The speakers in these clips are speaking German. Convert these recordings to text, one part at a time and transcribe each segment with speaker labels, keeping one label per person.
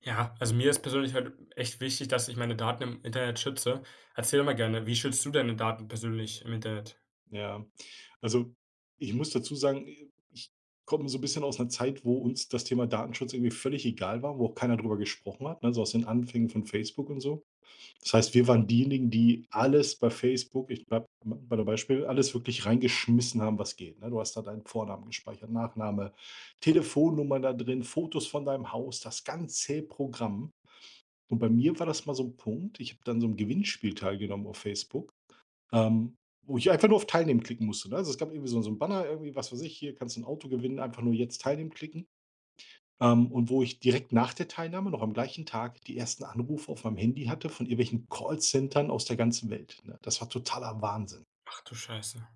Speaker 1: Ja, also mir ist persönlich halt echt wichtig, dass ich meine Daten im Internet schütze. Erzähl doch mal gerne, wie schützt du deine Daten persönlich im Internet?
Speaker 2: Ja. Also, ich muss dazu sagen, ich komme so 'n bisschen aus einer Zeit, wo uns das Thema Datenschutz irgendwie völlig egal war, wo auch keiner drüber gesprochen hat, ne, so aus den Anfängen von Facebook und so. Das heißt, wir waren diejenigen, die alles bei Facebook, ich bleibe bei dem Beispiel, alles wirklich reingeschmissen haben, was geht, ne? Du hast da deinen Vornamen gespeichert, Nachname, Telefonnummer da drin, Fotos von deinem Haus, das ganze Programm. Und bei mir war das mal so ein Punkt, ich habe dann so 'nem Gewinnspiel teilgenommen auf Facebook, ähm, wo ich einfach nur auf Teilnehmen klicken musste, ne? Also, es gab irgendwie so 'n Banner irgendwie, was weiß ich, hier kannst du ein Auto gewinnen, einfach nur jetzt teilnehmen klicken. Und wo ich direkt nach der Teilnahme noch am gleichen Tag die ersten Anrufe auf meinem Handy hatte von irgendwelchen Callcentern aus der ganzen Welt, ne? Das war totaler Wahnsinn.
Speaker 1: Ach du Scheiße.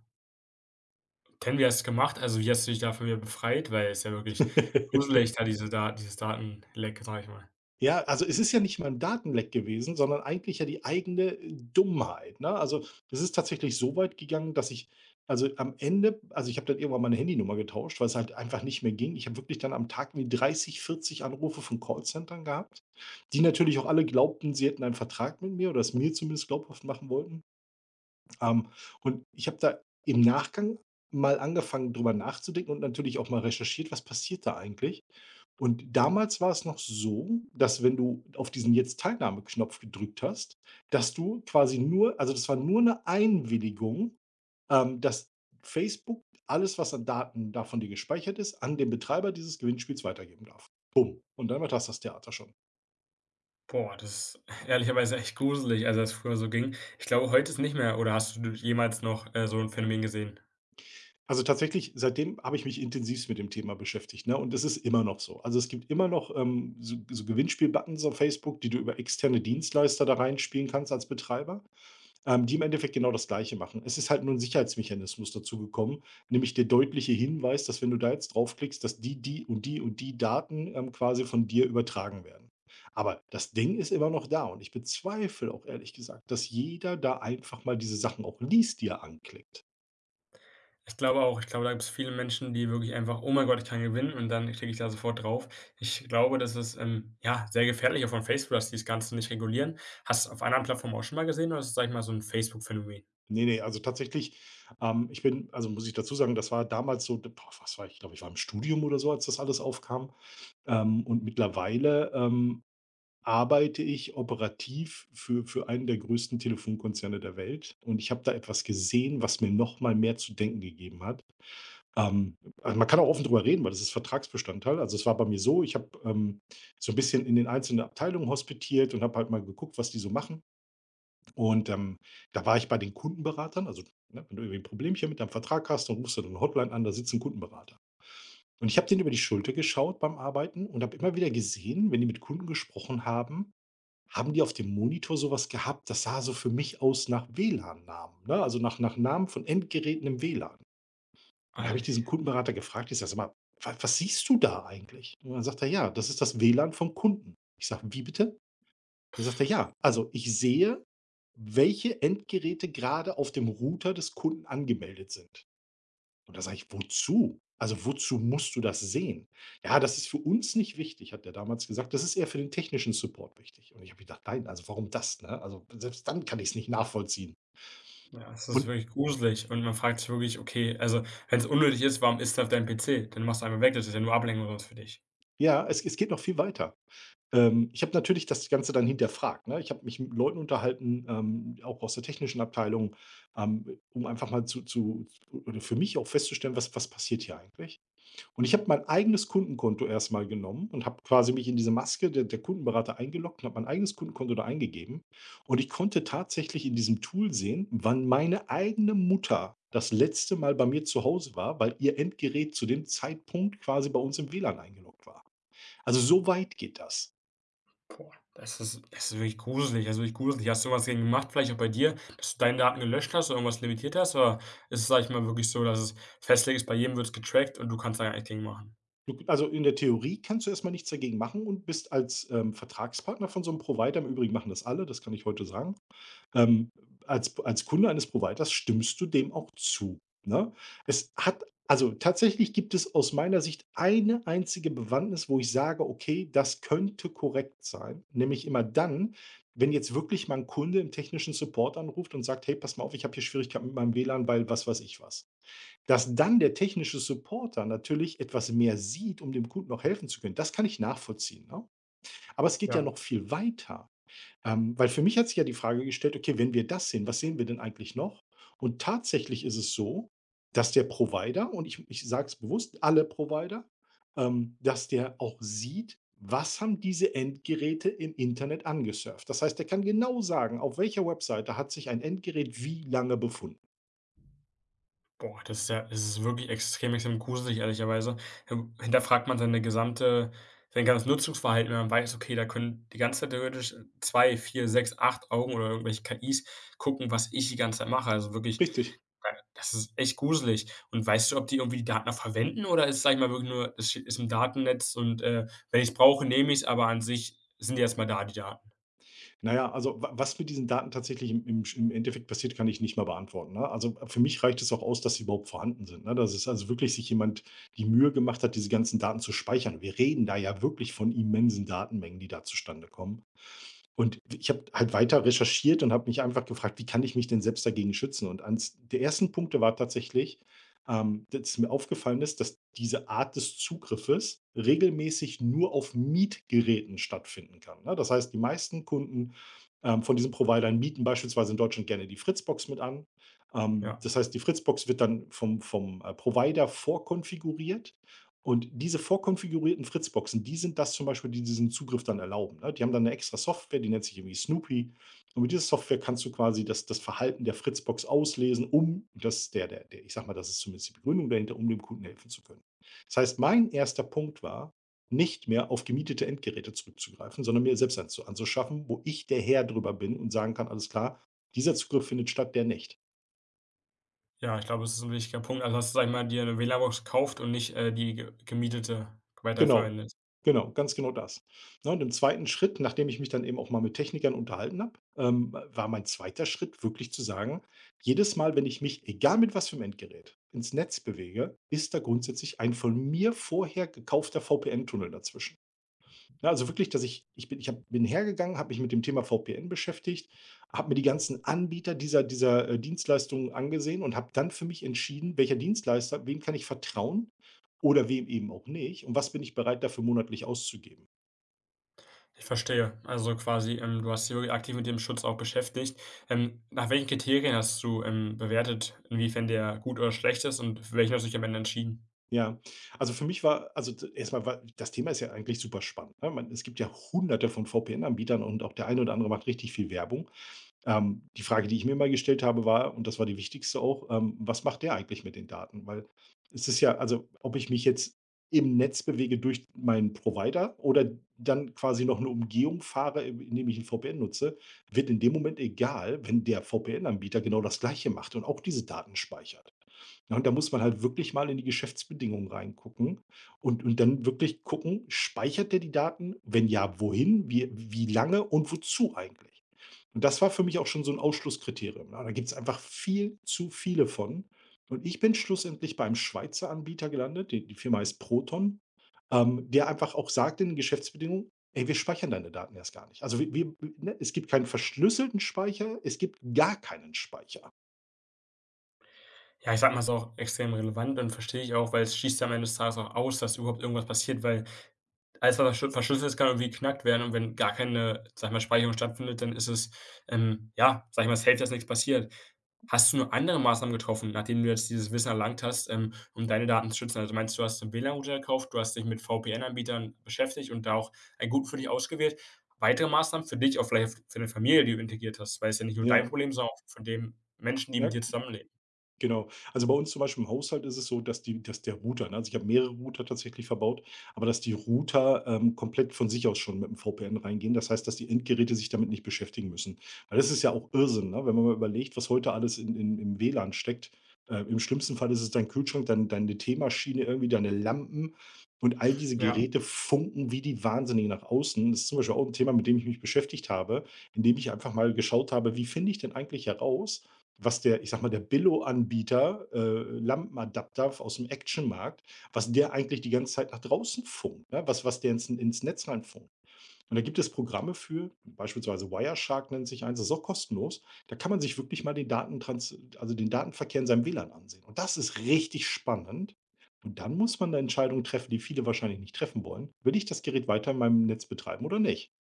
Speaker 1: Denn wie hast du es gemacht? Also, wie hast du dich davon wieder befreit? Weil es ist ja wirklich gruselig, da diese Da dieses Datenleck, sage ich mal.
Speaker 2: Ja, also es ist ja nicht mal ein Datenleck gewesen, sondern eigentlich ja die eigene Dummheit, ne? Also, es ist tatsächlich so weit gegangen, dass ich, also am Ende, also ich habe dann irgendwann meine Handynummer getauscht, weil es halt einfach nicht mehr ging. Ich habe wirklich dann am Tag wie 30, 40 Anrufe von Callcentern gehabt, die natürlich auch alle glaubten, sie hätten einen Vertrag mit mir oder es mir zumindest glaubhaft machen wollten. Ähm, und ich habe da im Nachgang mal angefangen, drüber nachzudenken und natürlich auch mal recherchiert, was passiert da eigentlich? Und damals war es noch so, dass wenn du auf diesen Jetzt-Teilnahme-Knopf gedrückt hast, dass du quasi nur, also, das war nur eine Einwilligung, dass Facebook alles, was an Daten da von dir gespeichert ist, an den Betreiber dieses Gewinnspiels weitergeben darf. Bumm. Und dann war das, das Theater schon.
Speaker 1: Boah, das ist ehrlicherweise echt gruselig, also, dass es früher so ging. Ich glaube, heute ist nicht mehr oder hast du jemals noch, so ein Phänomen gesehen?
Speaker 2: Also, tatsächlich, seitdem habe ich mich intensivst mit dem Thema beschäftigt, ne, und es ist immer noch so. Also, es gibt immer noch, so Gewinnspiel-Buttons auf Facebook, die du über externe Dienstleister da reinspielen kannst als Betreiber, die im Endeffekt genau das Gleiche machen. Es ist halt nur ein Sicherheitsmechanismus dazugekommen, nämlich der deutliche Hinweis, dass wenn du da jetzt draufklickst, dass die, die und die und die Daten, quasi von dir übertragen werden. Aber das Ding ist immer noch da und ich bezweifle auch ehrlich gesagt, dass jeder da einfach mal diese Sachen auch liest, die er anklickt.
Speaker 1: Ich glaube auch. Ich glaube, da gibt es viele Menschen, die wirklich einfach: „Oh mein Gott, ich kann gewinnen", und dann klicke ich da sofort drauf. Ich glaube, das ist, ja, sehr gefährlich auch von Facebook, dass die das Ganze nicht regulieren. Hast du auf anderen Plattformen auch schon mal gesehen oder ist das, sage ich mal, so ein Facebook-Phänomen?
Speaker 2: Ne, ne, also tatsächlich, ich bin also muss ich dazu sagen, das war damals so, boah, was war ich? Ich glaube, ich war im Studium oder so, als das alles aufkam. Und mittlerweile, arbeite ich operativ für einen der größten Telefonkonzerne der Welt. Und ich habe da etwas gesehen, was mir noch mal mehr zu denken gegeben hat. Ähm, also man kann auch offen drüber reden, weil das ist Vertragsbestandteil. Also, es war bei mir so, ich habe, so ein bisschen in den einzelnen Abteilungen hospitiert und habe halt mal geguckt, was die so machen. Und, da war ich bei den Kundenberatern, also, ne, wenn du irgendwie 'n Problemchen mit deinem Vertrag hast, dann rufst du dann 'ne Hotline an, da sitzt ein Kundenberater. Und ich habe den über die Schulter geschaut beim Arbeiten und habe immer wieder gesehen, wenn die mit Kunden gesprochen haben, haben die auf dem Monitor sowas gehabt, das sah so für mich aus nach WLAN-Namen, ne, also, nach Namen von Endgeräten im WLAN. Dann habe ich
Speaker 1: Ei,
Speaker 2: diesen Kundenberater gefragt, ich sage: „Sag mal, wa was siehst du da eigentlich?“ Und dann sagt er: „Ja, das ist das WLAN vom Kunden.“ Ich sage: „Wie bitte?“ Dann sagt er: „Ja, also ich sehe, welche Endgeräte gerade auf dem Router des Kunden angemeldet sind.“ Und da sage ich: „Wozu? Also, wozu musst du das sehen?“ „Ja, das ist für uns nicht wichtig“, hat er damals gesagt. „Das ist eher für den technischen Support wichtig.“ Und ich habe gedacht: „Nein, also warum das, ne? Also, selbst dann kann ich es nicht nachvollziehen.“
Speaker 1: ja, es ist
Speaker 2: Und
Speaker 1: wirklich gruselig und man fragt sich wirklich: „Okay, also, wenn es unnötig ist, warum ist es auf deinem PC? Dann machst du einfach weg, das ist ja nur Ablenkung sonst für dich."
Speaker 2: ja, es geht noch viel weiter. Ich habe natürlich das Ganze dann hinterfragt, ne? Ich habe mich mit Leuten unterhalten, auch aus der technischen Abteilung, um einfach mal zu oder für mich auch festzustellen, was was passiert hier eigentlich? Und ich habe mein eigenes Kundenkonto erstmal genommen und habe quasi mich in diese Maske der Kundenberater eingeloggt und habe mein eigenes Kundenkonto da eingegeben. Und ich konnte tatsächlich in diesem Tool sehen, wann meine eigene Mutter das letzte Mal bei mir zu Hause war, weil ihr Endgerät zu dem Zeitpunkt quasi bei uns im WLAN eingeloggt war. Also, so weit geht das.
Speaker 1: Boah, das ist wirklich gruselig, also, wirklich gruselig. Hast du was gegen gemacht, vielleicht auch bei dir, dass du deine Daten gelöscht hast oder irgendwas limitiert hast? Oder ist es, sage ich mal, wirklich so, dass es festgelegt ist, bei jedem wird es getrackt und du kannst da gar nichts gegen machen?
Speaker 2: Du, also, in der Theorie kannst du erst mal nichts dagegen machen und bist als, Vertragspartner von so einem Provider, im Übrigen machen das alle, das kann ich heute sagen, ähm, als Kunde eines Providers stimmst du dem auch zu, ne? Es hat, also, tatsächlich gibt es aus meiner Sicht eine einzige Bewandtnis, wo ich sage: „Okay, das könnte korrekt sein“, nämlich immer dann, wenn jetzt wirklich mal ein Kunde im technischen Support anruft und sagt: „Hey, pass mal auf, ich habe hier Schwierigkeiten mit meinem WLAN, weil was weiß ich was.“ Dass dann der technische Supporter natürlich etwas mehr sieht, um dem Kunden auch helfen zu können, das kann ich nachvollziehen, ne? Aber es geht ja noch viel weiter, weil für mich hat sich ja die Frage gestellt: „Okay, wenn wir das sehen, was sehen wir denn eigentlich noch?“ Und tatsächlich ist es so, dass der Provider, und ich sage es bewusst, alle Provider, dass der auch sieht, was haben diese Endgeräte im Internet angesurft. Das heißt, er kann genau sagen, auf welcher Webseite hat sich ein Endgerät wie lange befunden.
Speaker 1: Boah, das ist wirklich extrem, extrem gruselig, ehrlicherweise. Hinterfragt man seine gesamte sein ganzes Nutzungsverhalten, wenn man weiß: „Okay, da können die ganze Zeit theoretisch 2, 4, 6, 8 Augen oder irgendwelche KIs gucken, was ich die ganze Zeit mache." Also wirklich,
Speaker 2: Richtig.
Speaker 1: das ist echt gruselig. Und weißt du, ob die irgendwie die Daten auch verwenden oder ist, sag ich mal, wirklich nur es steht ist im Datennetz und, wenn ich's brauche, nehme ich es. Aber an sich sind die erst mal da, die Daten.
Speaker 2: Na ja, also wa was mit diesen Daten tatsächlich im Endeffekt passiert, kann ich nicht mal beantworten, ne? Also, für mich reicht es auch aus, dass sie überhaupt vorhanden sind, ne? Dass es also wirklich sich jemand die Mühe gemacht hat, diese ganzen Daten zu speichern. Wir reden da ja wirklich von immensen Datenmengen, die da zustande kommen. Und ich habe halt weiter recherchiert und habe mich einfach gefragt: „Wie kann ich mich denn selbst dagegen schützen?“ Und eins der ersten Punkte war tatsächlich, dass mir aufgefallen ist, dass diese Art des Zugriffes regelmäßig nur auf Mietgeräten stattfinden kann, ne? Das heißt, die meisten Kunden, von diesen Providern mieten beispielsweise in Deutschland gerne die Fritzbox mit an.
Speaker 1: Ja.
Speaker 2: Das heißt, die Fritzbox wird dann vom Provider vorkonfiguriert und diese vorkonfigurierten Fritzboxen, die sind das zum Beispiel, die diesen Zugriff dann erlauben, ne? Die haben dann eine extra Software, die nennt sich irgendwie Snoopy. Und mit dieser Software kannst du quasi das das Verhalten der Fritzbox auslesen, um das der der der ich sage mal, das ist zumindest die Begründung dahinter, um dem Kunden helfen zu können. Das heißt, mein erster Punkt war, nicht mehr auf gemietete Endgeräte zurückzugreifen, sondern mir selbst eins zu anzuschaffen, wo ich der Herr drüber bin und sagen kann: „Alles klar, dieser Zugriff findet statt, der nicht.“
Speaker 1: Ja, ich glaube, es ist ein wichtiger Punkt. Also hast du, sag ich mal, dir 'ne WLAN-Box gekauft und nicht, die ge gemietete
Speaker 2: Genau,
Speaker 1: weiterverwendet.
Speaker 2: genau, ganz genau das. Ne, und im zweiten Schritt, nachdem ich mich dann eben auch mal mit Technikern unterhalten habe, war mein zweiter Schritt wirklich zu sagen: „Jedes Mal, wenn ich mich, egal mit was für einem Endgerät, ins Netz bewege, ist da grundsätzlich ein von mir vorher gekaufter VPN-Tunnel dazwischen.“ Ja, also wirklich, dass ich ich bin ich habe bin hergegangen, habe mich mit dem Thema VPN beschäftigt, habe mir die ganzen Anbieter dieser Dienstleistungen angesehen und habe dann für mich entschieden, welcher Dienstleister, wem kann ich vertrauen oder wem eben auch nicht und was bin ich bereit, dafür monatlich auszugeben.
Speaker 1: Ich verstehe. Also quasi, du hast dich wirklich aktiv mit dem Schutz auch beschäftigt. Nach welchen Kriterien hast du, bewertet, inwiefern der gut oder schlecht ist und für welchen hast du dich am Ende entschieden?
Speaker 2: Ja, also für mich war, also d erst war das Thema ist ja eigentlich super spannend, ne? Man, es gibt ja Hunderte von VPN-Anbietern und auch der eine oder andere macht richtig viel Werbung. Die Frage, die ich mir immer gestellt habe, war, und das war die wichtigste auch, was macht der eigentlich mit den Daten? Weil es ist ja, also ob ich mich jetzt im Netz bewege durch meinen Provider oder dann quasi noch eine Umgehung fahre, indem ich ein VPN nutze, wird in dem Moment egal, wenn der VPN-Anbieter genau das Gleiche macht und auch diese Daten speichert. Ja, und da muss man halt wirklich mal in die Geschäftsbedingungen reingucken und dann wirklich gucken, speichert der die Daten? Wenn ja, wohin, wie, wie lange und wozu eigentlich? Und das war für mich auch schon so 'n Ausschlusskriterium, ne? Da gibt's einfach viel zu viele von. Und ich bin schlussendlich beim Schweizer Anbieter gelandet, die Firma heißt Proton, der einfach auch sagt in den Geschäftsbedingungen: „Ey, wir speichern deine Daten erst gar nicht." Also, es gibt keinen verschlüsselten Speicher, es gibt gar keinen Speicher.
Speaker 1: Ja, ich sag mal, es ist auch extrem relevant und verstehe ich auch, weil es schließt ja am Ende des Tages auch aus, dass überhaupt irgendwas passiert, weil alles, was verschlüsselt ist, kann irgendwie geknackt werden und wenn gar keine, sage ich mal, Speicherung stattfindet, dann ist es, ja, sage ich mal, safe, dass nichts passiert. Hast du nur andere Maßnahmen getroffen, nachdem du jetzt dieses Wissen erlangt hast, um deine Daten zu schützen? Also, meinst du, du hast 'n WLAN-Router gekauft, du hast dich mit VPN-Anbietern beschäftigt und da auch einen guten für dich ausgewählt. Weitere Maßnahmen für dich, auch vielleicht für deine Familie, die du integriert hast, weil es ja nicht nur dein
Speaker 2: Ja,
Speaker 1: Problem, sondern auch von den Menschen, die
Speaker 2: ja.
Speaker 1: mit dir zusammenleben.
Speaker 2: Genau. Also, bei uns zum Beispiel im Haushalt ist es so, dass der Router, ne, also, ich habe mehrere Router tatsächlich verbaut, aber dass die Router, komplett von sich aus schon mit 'm VPN reingehen. Das heißt, dass die Endgeräte sich damit nicht beschäftigen müssen. Weil das ist ja auch Irrsinn, ne? Wenn man mal überlegt, was heute alles in im WLAN steckt. Im schlimmsten Fall ist es dein Kühlschrank, deine Teemaschine, irgendwie deine Lampen und all diese
Speaker 1: Ja.
Speaker 2: Geräte funken wie die Wahnsinnigen nach außen. Das ist zum Beispiel auch ein Thema, mit dem ich mich beschäftigt habe, indem ich einfach mal geschaut habe: „Wie finde ich denn eigentlich heraus, was der, ich sage mal, der Billo-Anbieter, Lampenadapter f aus'm Actionmarkt, was der eigentlich die ganze Zeit nach draußen funkt, ne? Was der ins Netz reinfunkt." Und da gibt es Programme für, beispielsweise Wireshark nennt sich eins, das ist auch kostenlos. Da kann man sich wirklich mal den Datentrans also den Datenverkehr in seinem WLAN ansehen. Und das ist richtig spannend. Und dann muss man 'ne Entscheidung treffen, die viele wahrscheinlich nicht treffen wollen. Will ich das Gerät weiter in meinem Netz betreiben oder nicht?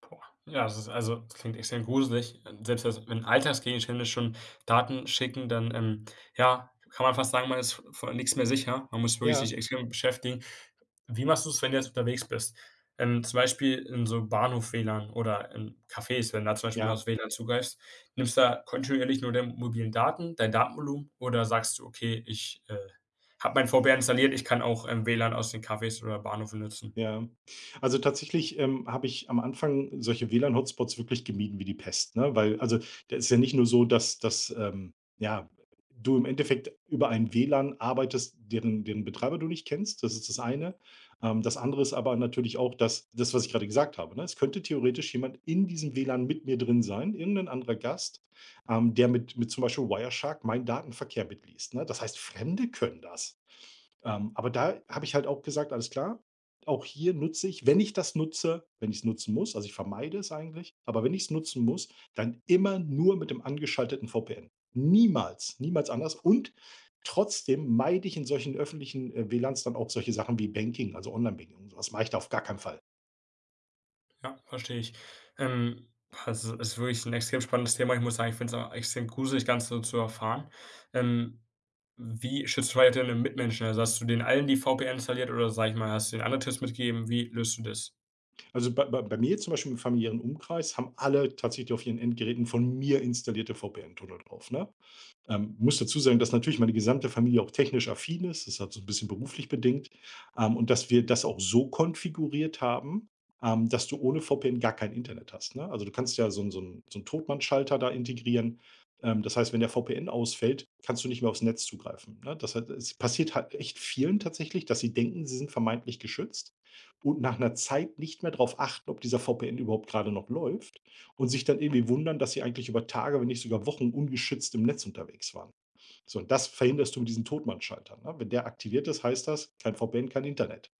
Speaker 1: Boah. Ja, das ist also, das klingt extrem gruselig. Selbst das wenn Alltagsgegenstände schon Daten schicken, dann, ja, kann man fast sagen, man ist v vor mehr sicher. Man muss wirklich
Speaker 2: Ja,
Speaker 1: sich extrem beschäftigen. Wie machst du es wenn du jetzt unterwegs bist? Zum Beispiel in so Bahnhof-WLAN oder in Cafés, wenn du da zum Beispiel mal
Speaker 2: ja.
Speaker 1: aufs WLAN zugreifst. Nimmst du da kontinuierlich nur deine mobilen Daten, dein Datenvolumen oder sagst du: „Okay, ich, habe mein VPN installiert, ich kann auch, WLAN aus den Cafés oder Bahnhöfen nutzen?"
Speaker 2: Ja. Also, tatsächlich, habe ich am Anfang solche WLAN-Hotspots wirklich gemieden wie die Pest, ne? Weil, also, da ist ja nicht nur so, dass, ja, du im Endeffekt über ein WLAN arbeitest, deren Betreiber du nicht kennst, das ist das eine. Das andere ist aber natürlich auch, das, was ich gerade gesagt habe, ne? Es könnte theoretisch jemand in diesem WLAN mit mir drin sein, irgendein anderer Gast, der mit zum Beispiel Wireshark meinen Datenverkehr mitliest, ne? Das heißt, Fremde können das. Aber da habe ich halt auch gesagt: „Alles klar, auch hier nutze ich, wenn ich es nutzen muss, also ich vermeide es eigentlich, aber wenn ich es nutzen muss, dann immer nur mit dem angeschalteten VPN. Niemals, niemals anders." Und trotzdem meide ich in solchen öffentlichen, WLANs dann auch solche Sachen wie Banking, also Online-Banking, und so was mache ich da auf gar keinen Fall.
Speaker 1: Ja, verstehe ich. Ähm, also, es ist wirklich ein extrem spannendes Thema. Ich muss sagen, ich finde es auch extrem gruselig, ganz so zu erfahren. Ähm, wie schützt du weiter deine Mitmenschen? Also, hast du den allen die VPN installiert oder, sag ich mal, hast du den anderen Tipps mitgegeben? Wie löst du das?
Speaker 2: Also bei mir zum Beispiel im familiären Umkreis haben alle tatsächlich auf ihren Endgeräten von mir installierte VPN-Tunnel drauf, ne? Muss dazu sagen, dass natürlich meine gesamte Familie auch technisch affin ist. Das hat so ein bisschen beruflich bedingt, und dass wir das auch so konfiguriert haben, dass du ohne VPN gar kein Internet hast, ne? Also, du kannst ja so einen, so 'n Totmannschalter da integrieren. Das heißt, wenn der VPN ausfällt, kannst du nicht mehr aufs Netz zugreifen, ne? Das hat, es passiert halt echt vielen tatsächlich, dass sie denken, sie sind vermeintlich geschützt und nach einer Zeit nicht mehr darauf achten, ob dieser VPN überhaupt gerade noch läuft. Und sich dann irgendwie wundern, dass sie eigentlich über Tage, wenn nicht sogar Wochen, ungeschützt im Netz unterwegs waren. So, und das verhinderst du mit diesen Totmannschalter, ne? Wenn der aktiviert ist, heißt das, kein VPN, kein Internet.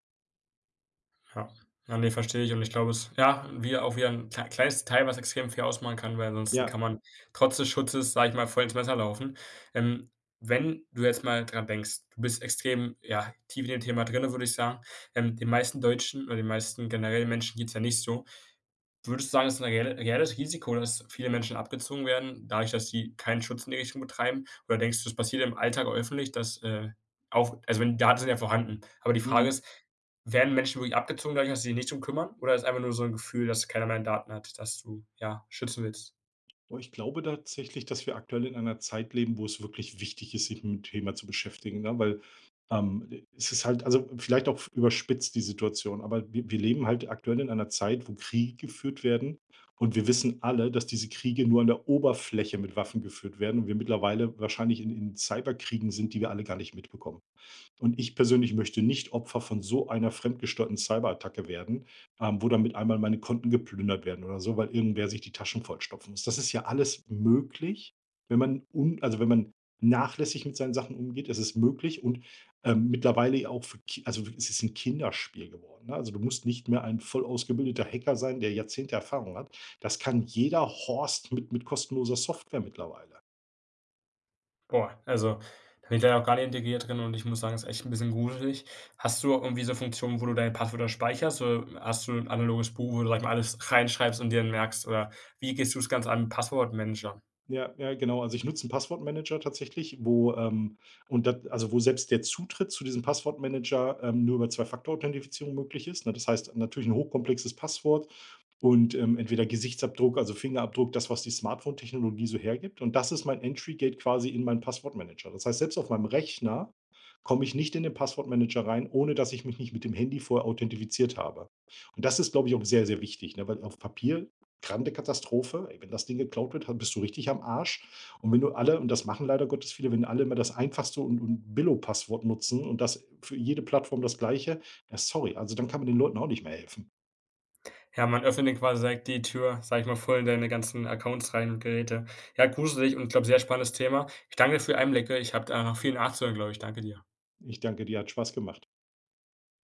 Speaker 1: Ja. Ja, ne, verstehe ich und ich glaube es ja, wie auch wieder 'n kleines Detail, was extrem viel ausmachen kann, weil ansonsten
Speaker 2: Ja,
Speaker 1: kann man trotz des Schutzes, sage ich mal, voll ins Messer laufen. Ähm, wenn du jetzt mal dran denkst, du bist extrem, ja, tief in dem Thema drinne, würde ich sagen. Den meisten Deutschen oder den meisten generell Menschen geht's ja nicht so. Würdest du sagen, es ist ein reelles Risiko, dass viele Menschen abgezogen werden, dadurch, dass sie keinen Schutz in die Richtung betreiben? Oder denkst du, es passiert im Alltag öffentlich, dass, auch also, wenn die Daten sind ja vorhanden. Aber die Frage
Speaker 2: mhm.
Speaker 1: ist, werden Menschen wirklich abgezogen dadurch, dass sie sich nicht drum kümmern? Oder ist einfach nur so ein Gefühl, dass keiner mehr Daten hat, dass du, ja, schützen willst?
Speaker 2: Boah, ich glaube tatsächlich, dass wir aktuell in einer Zeit leben, wo es wirklich wichtig ist, sich mit dem Thema zu beschäftigen, ne? Weil, es ist halt, also, vielleicht auch überspitzt die Situation, aber wir leben halt aktuell in einer Zeit, wo Kriege geführt werden und wir wissen alle, dass diese Kriege nur an der Oberfläche mit Waffen geführt werden und wir mittlerweile wahrscheinlich in Cyberkriegen sind, die wir alle gar nicht mitbekommen. Und ich persönlich möchte nicht Opfer von so einer fremdgesteuerten Cyberattacke werden, wo dann mit einmal meine Konten geplündert werden oder so, weil irgendwer sich die Taschen vollstopfen muss. Das ist ja alles möglich, wenn man, un also, wenn man nachlässig mit seinen Sachen umgeht. Es ist möglich, und, mittlerweile ja auch für Ki also, es ist ein Kinderspiel geworden, ne? Also, du musst nicht mehr ein voll ausgebildeter Hacker sein, der Jahrzehnte Erfahrung hat. Das kann jeder Horst mit, kostenloser Software mittlerweile.
Speaker 1: Boah, also, da bin ich leider auch gar nicht integriert drin und ich muss sagen, es ist echt ein bisschen gruselig. Hast du irgendwie so Funktionen, wo du deine Passwörter speicherst? Oder hast du ein analoges Buch, wo du, sag ich mal, alles reinschreibst und dir dann merkst? Oder wie gehst du es ganz an mit Passwortmanager?
Speaker 2: Ja, ja, genau. Also ich nutze einen Passwortmanager tatsächlich, wo, und da, also wo selbst der Zutritt zu diesem Passwortmanager, nur über Zwei-Faktor-Authentifizierung möglich ist, ne? Das heißt, natürlich ein hochkomplexes Passwort und, entweder Gesichtsabdruck, also Fingerabdruck, das, was die Smartphone-Technologie so hergibt. Und das ist mein Entry-Gate quasi in meinen Passwortmanager. Das heißt, selbst auf meinem Rechner komme ich nicht in den Passwortmanager rein, ohne dass ich mich nicht mit dem Handy vorher authentifiziert habe. Und das ist, glaube ich, auch sehr, sehr wichtig, ne? Weil auf Papier: Grande Katastrophe. Ey, wenn das Ding geklaut wird, ha, bist du richtig am Arsch. Und wenn du alle, und das machen leider Gottes viele, wenn alle immer das einfachste und Billo-Passwort nutzen, und das für jede Plattform das Gleiche, ja sorry, also dann kann man den Leuten auch nicht mehr helfen.
Speaker 1: Ja, man öffnet denen quasi direkt die Tür, sag ich mal, voll in deine ganzen Accounts rein und Geräte. Ja, gruselig und ich glaube, sehr spannendes Thema. Ich danke dir für die Einblicke. Ich habe da noch viel nachzuhören, glaube ich. Danke dir.
Speaker 2: Ich danke dir, hat Spaß gemacht.